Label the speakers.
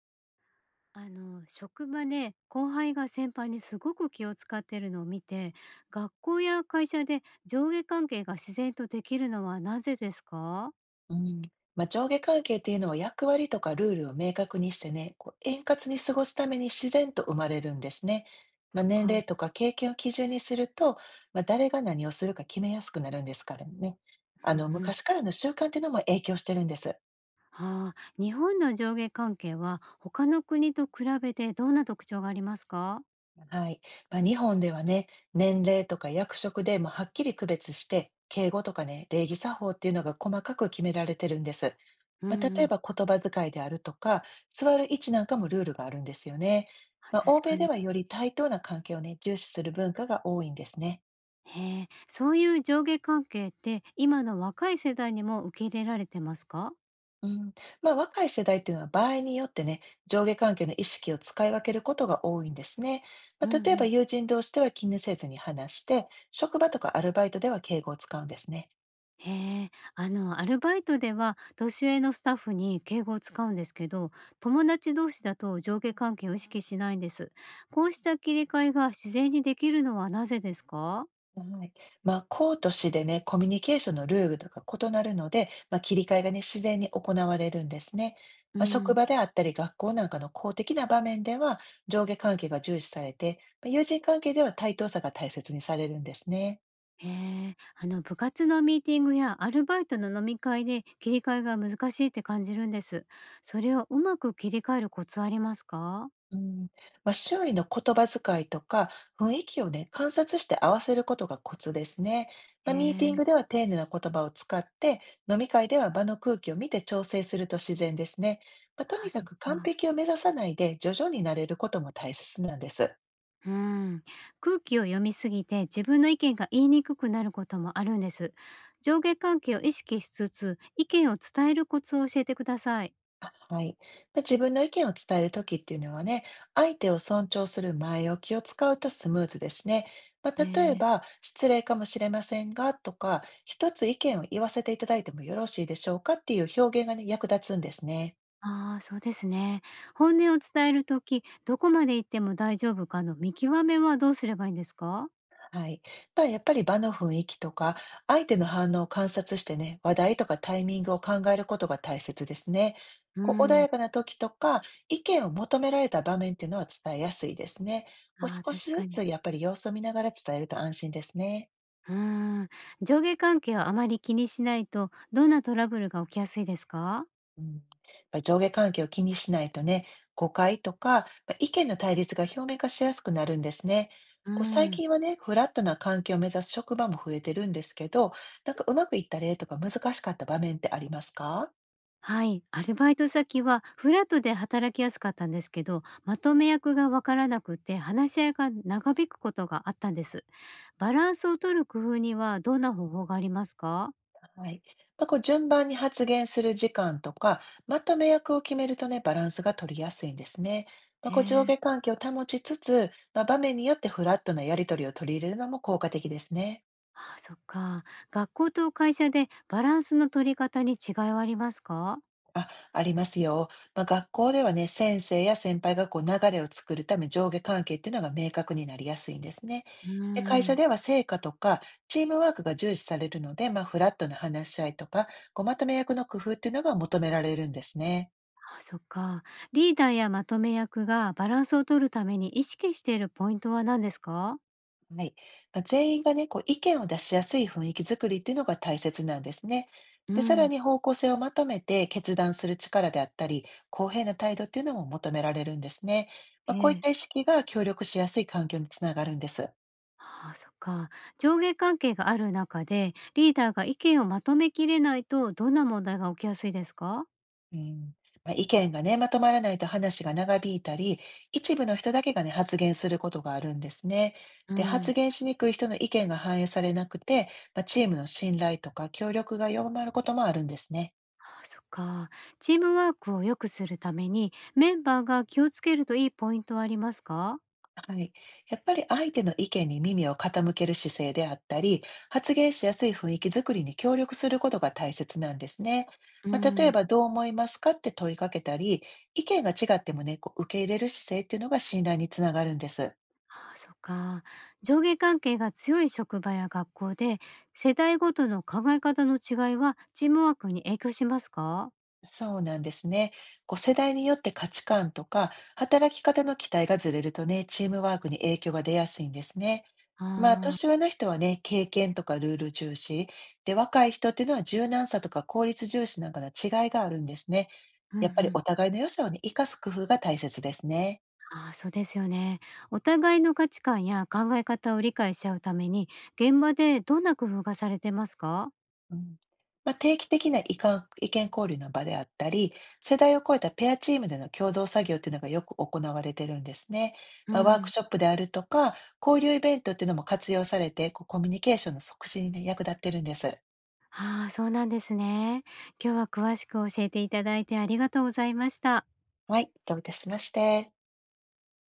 Speaker 1: 職場で後輩が先輩にすごく気を使ってるのを見て、学校や会社で上下関係が自然とできるのはなぜですか？
Speaker 2: うん、まあ、上下関係っていうのは役割とかルールを明確にしてね、こう円滑に過ごすために自然と生まれるんですね。まあ、
Speaker 1: そっ
Speaker 2: 年
Speaker 1: か、う
Speaker 2: 齢とか経験を基準にすると、まあ、誰が何をするか決めやすくなるんですからね。あ
Speaker 1: ん
Speaker 2: の
Speaker 1: うん。
Speaker 2: 昔からの習慣っていうのも影響してるんです。
Speaker 1: ああ、日本の上下関係は他の国と比べてどんな特徴がありますか？
Speaker 2: はい。まあ、日本ではね、年齢とか役職でもはっきり区別して、敬語とかね、礼儀作法っていうのが細かく決められてるんです。
Speaker 1: うん
Speaker 2: まあ、例
Speaker 1: う
Speaker 2: え
Speaker 1: ん。
Speaker 2: ば言葉遣いであるとか、座る位置なんかもルールがあるんですよね。
Speaker 1: あ、
Speaker 2: まあ、欧
Speaker 1: 確
Speaker 2: 米
Speaker 1: か
Speaker 2: で
Speaker 1: に。
Speaker 2: はより対等な関係をね、重視する文化が多いんですね。
Speaker 1: へえ、そういう上下関係って今の若い世代にも受け入れられてますか？
Speaker 2: うん。まあ、若い世代っていうのは場合によってね、上下関係の意識を使い分けることが多いんですね。ま
Speaker 1: うん
Speaker 2: あ、
Speaker 1: う
Speaker 2: 例えば
Speaker 1: ん。
Speaker 2: 友人同士では気にせずに話して、職場とかアルバイトでは敬語を使うんですね。
Speaker 1: へえ、アルバイトでは年上のスタッフに敬語を使うんですけど、友達同士だと上下関係を意識しないんです。こうした切り替えが自然にできるのはなぜですか？
Speaker 2: はい。まあ、公と私でね、コミュニケーションのルールとか異なるので、まあ、切り替えがね、自然に行われるんですね。
Speaker 1: う
Speaker 2: まあ、職
Speaker 1: ん、
Speaker 2: 場であったり、学校なんかの公的な場面では、上下関係が重視されて、まあ友人関係では対等さが大切にされるんですね。
Speaker 1: へえ、部活のミーティングやアルバイトの飲み会で切り替えが難しいって感じるんです。それをうまく切り替えるコツありますか？
Speaker 2: うん、まあ、周囲の言葉遣いとか雰囲気をね、観察して合わせることがコツですね。ま
Speaker 1: へ
Speaker 2: あ、ミーテ
Speaker 1: え。
Speaker 2: ィングでは丁寧な言葉を使って、飲み会では場の空気を見て調整すると自然ですね。まあ、と
Speaker 1: あ、
Speaker 2: にか
Speaker 1: そっ
Speaker 2: く完
Speaker 1: か。
Speaker 2: 璧を目指さないで徐々に慣れることも大切なんです。
Speaker 1: うん、空気を読みすぎて自分の意見が言いにくくなることもあるんです。上下関係を意識しつつ意見を伝えるコツを教えてください。
Speaker 2: はい。で、自分の意見を伝えるときっていうのはね、相手を尊重する前置きを使うとスムーズですね。まあ、
Speaker 1: え
Speaker 2: 例え
Speaker 1: ー
Speaker 2: ば、失礼かもしれませんがとか、一つ意見を言わせていただいてもよろしいでしょうかっていう表現がね、役立つんですね。
Speaker 1: ああ、そうですね。本音を伝えるとき、どこまで言っても大丈夫かの見極めはどうすればいいんですか？
Speaker 2: はい。まあ、やっぱり場の雰囲気とか、相手の反応を観察してね、話題とかタイミングを考えることが大切ですね。
Speaker 1: う
Speaker 2: こう穏
Speaker 1: ん、
Speaker 2: やかな時とか、意見を求められた場面っていうのは伝えやすいですね。こう
Speaker 1: ああ、
Speaker 2: 少し
Speaker 1: 確
Speaker 2: ず
Speaker 1: か
Speaker 2: つ
Speaker 1: に。
Speaker 2: やっぱり様子を見ながら伝えると安心ですね。
Speaker 1: うん、上下関係をあまり気にしないとどんなトラブルが起きやすいですか？
Speaker 2: うん、やっぱり上下関係を気にしないとね、誤解とか、ま、意見の対立が表面化しやすくなるんですね。
Speaker 1: うー
Speaker 2: こう最近
Speaker 1: ん。
Speaker 2: はね、フラットな環境を目指す職場も増えてるんですけど、なんかうまくいった例とか難しかった場面ってありますか？
Speaker 1: はい、アルバイト先はフラットで働きやすかったんですけど、まとめ役がわからなくて話し合いが長引くことがあったんです。バランスを取る工夫にはどんな方法がありますか？
Speaker 2: はい。まあ、こう順番に発言する時間とか、まとめ役を決めるとね、バランスが取りやすいんですね。まあ、
Speaker 1: へ
Speaker 2: こう上
Speaker 1: え、
Speaker 2: 下関係を保ちつつ、まあ、場面によってフラットなやり取りを取り入れるのも効果的ですね。
Speaker 1: ああ、そっか。学校と会社でバランスの取り方に違いはありますか？
Speaker 2: あ、ありますよ。まあ、学校ではね、先生や先輩がこう流れを作るため上下関係っていうのが明確になりやすいんですね。
Speaker 1: うー
Speaker 2: で、会社
Speaker 1: ん。
Speaker 2: では成果とかチームワークが重視されるので、まあ、フラットな話し合いとか、こうまとめ役の工夫っていうのが求められるんですね。
Speaker 1: あ、そっか。リーダーやまとめ役がバランスを取るために意識しているポイントは何ですか？
Speaker 2: はい。まあ全員がね、こう意見を出しやすい雰囲気づくりっていうのが大切なんですね。
Speaker 1: う
Speaker 2: で、さら
Speaker 1: ん、
Speaker 2: に方向性をまとめて決断する力であったり、公平な態度っていうのも求められるんですね。ま
Speaker 1: え
Speaker 2: あ、こういっ
Speaker 1: え、
Speaker 2: た意識が協力しやすい環境につながるんです。
Speaker 1: ああ、そっか。上下関係がある中で、リーダーが意見をまとめきれないと、どんな問題が起きやすいですか？
Speaker 2: うん。まあ、意見がね、まとまらないと話が長引いたり、一部の人だけがね、発言することがあるんですね。
Speaker 1: う
Speaker 2: で、発
Speaker 1: ん、
Speaker 2: 言しにくい人の意見が反映されなくて、まあ、チームの信頼とか協力が弱まることもあるんですね。
Speaker 1: ああ、そっか。チームワークを良くするために、メンバーが気をつけるといいポイントはありますか？
Speaker 2: はい。やっぱり相手の意見に耳を傾ける姿勢であったり、発言しやすい雰囲気づくりに協力することが大切なんですね。
Speaker 1: う
Speaker 2: まあ、例え
Speaker 1: ん、
Speaker 2: ば、どう思いますかって問いかけたり、意見が違ってもね、こう受け入れる姿勢っていうのが信頼につながるんです。
Speaker 1: ああ、そっか。上下関係が強い職場や学校で、世代ごとの考え方の違いは、チームワークに影響しますか？
Speaker 2: そうなんですね。こう世代によって価値観とか働き方の期待がずれるとね、チームワークに影響が出やすいんですね。まあ、
Speaker 1: ああ
Speaker 2: 年
Speaker 1: ー、
Speaker 2: 上の人はね、経験とかルール重視。で、若い人っていうのは柔軟さとか効率重視なんかの違いがあるんですね。
Speaker 1: うんう
Speaker 2: やっぱりお
Speaker 1: ん、
Speaker 2: 互いの良さをね、生かす工夫が大切ですね。
Speaker 1: ああ、そうですよね。お互いの価値観や考え方を理解し合うために、現場でどんな工夫がされてますか？
Speaker 2: うん。まあ、定期的な意見交流の場であったり、世代を超えたペアチームでの共同作業っていうのがよく行われてるんですね。
Speaker 1: う
Speaker 2: まあ、ワーク
Speaker 1: ん、
Speaker 2: ショップであるとか、交流イベントっていうのも活用されて、こうコミュニケーションの促進にね役立ってるんです。
Speaker 1: ああ、そうなんですね。今日は詳しく教えていただいてありがとうございました。
Speaker 2: はい、どういたしまして。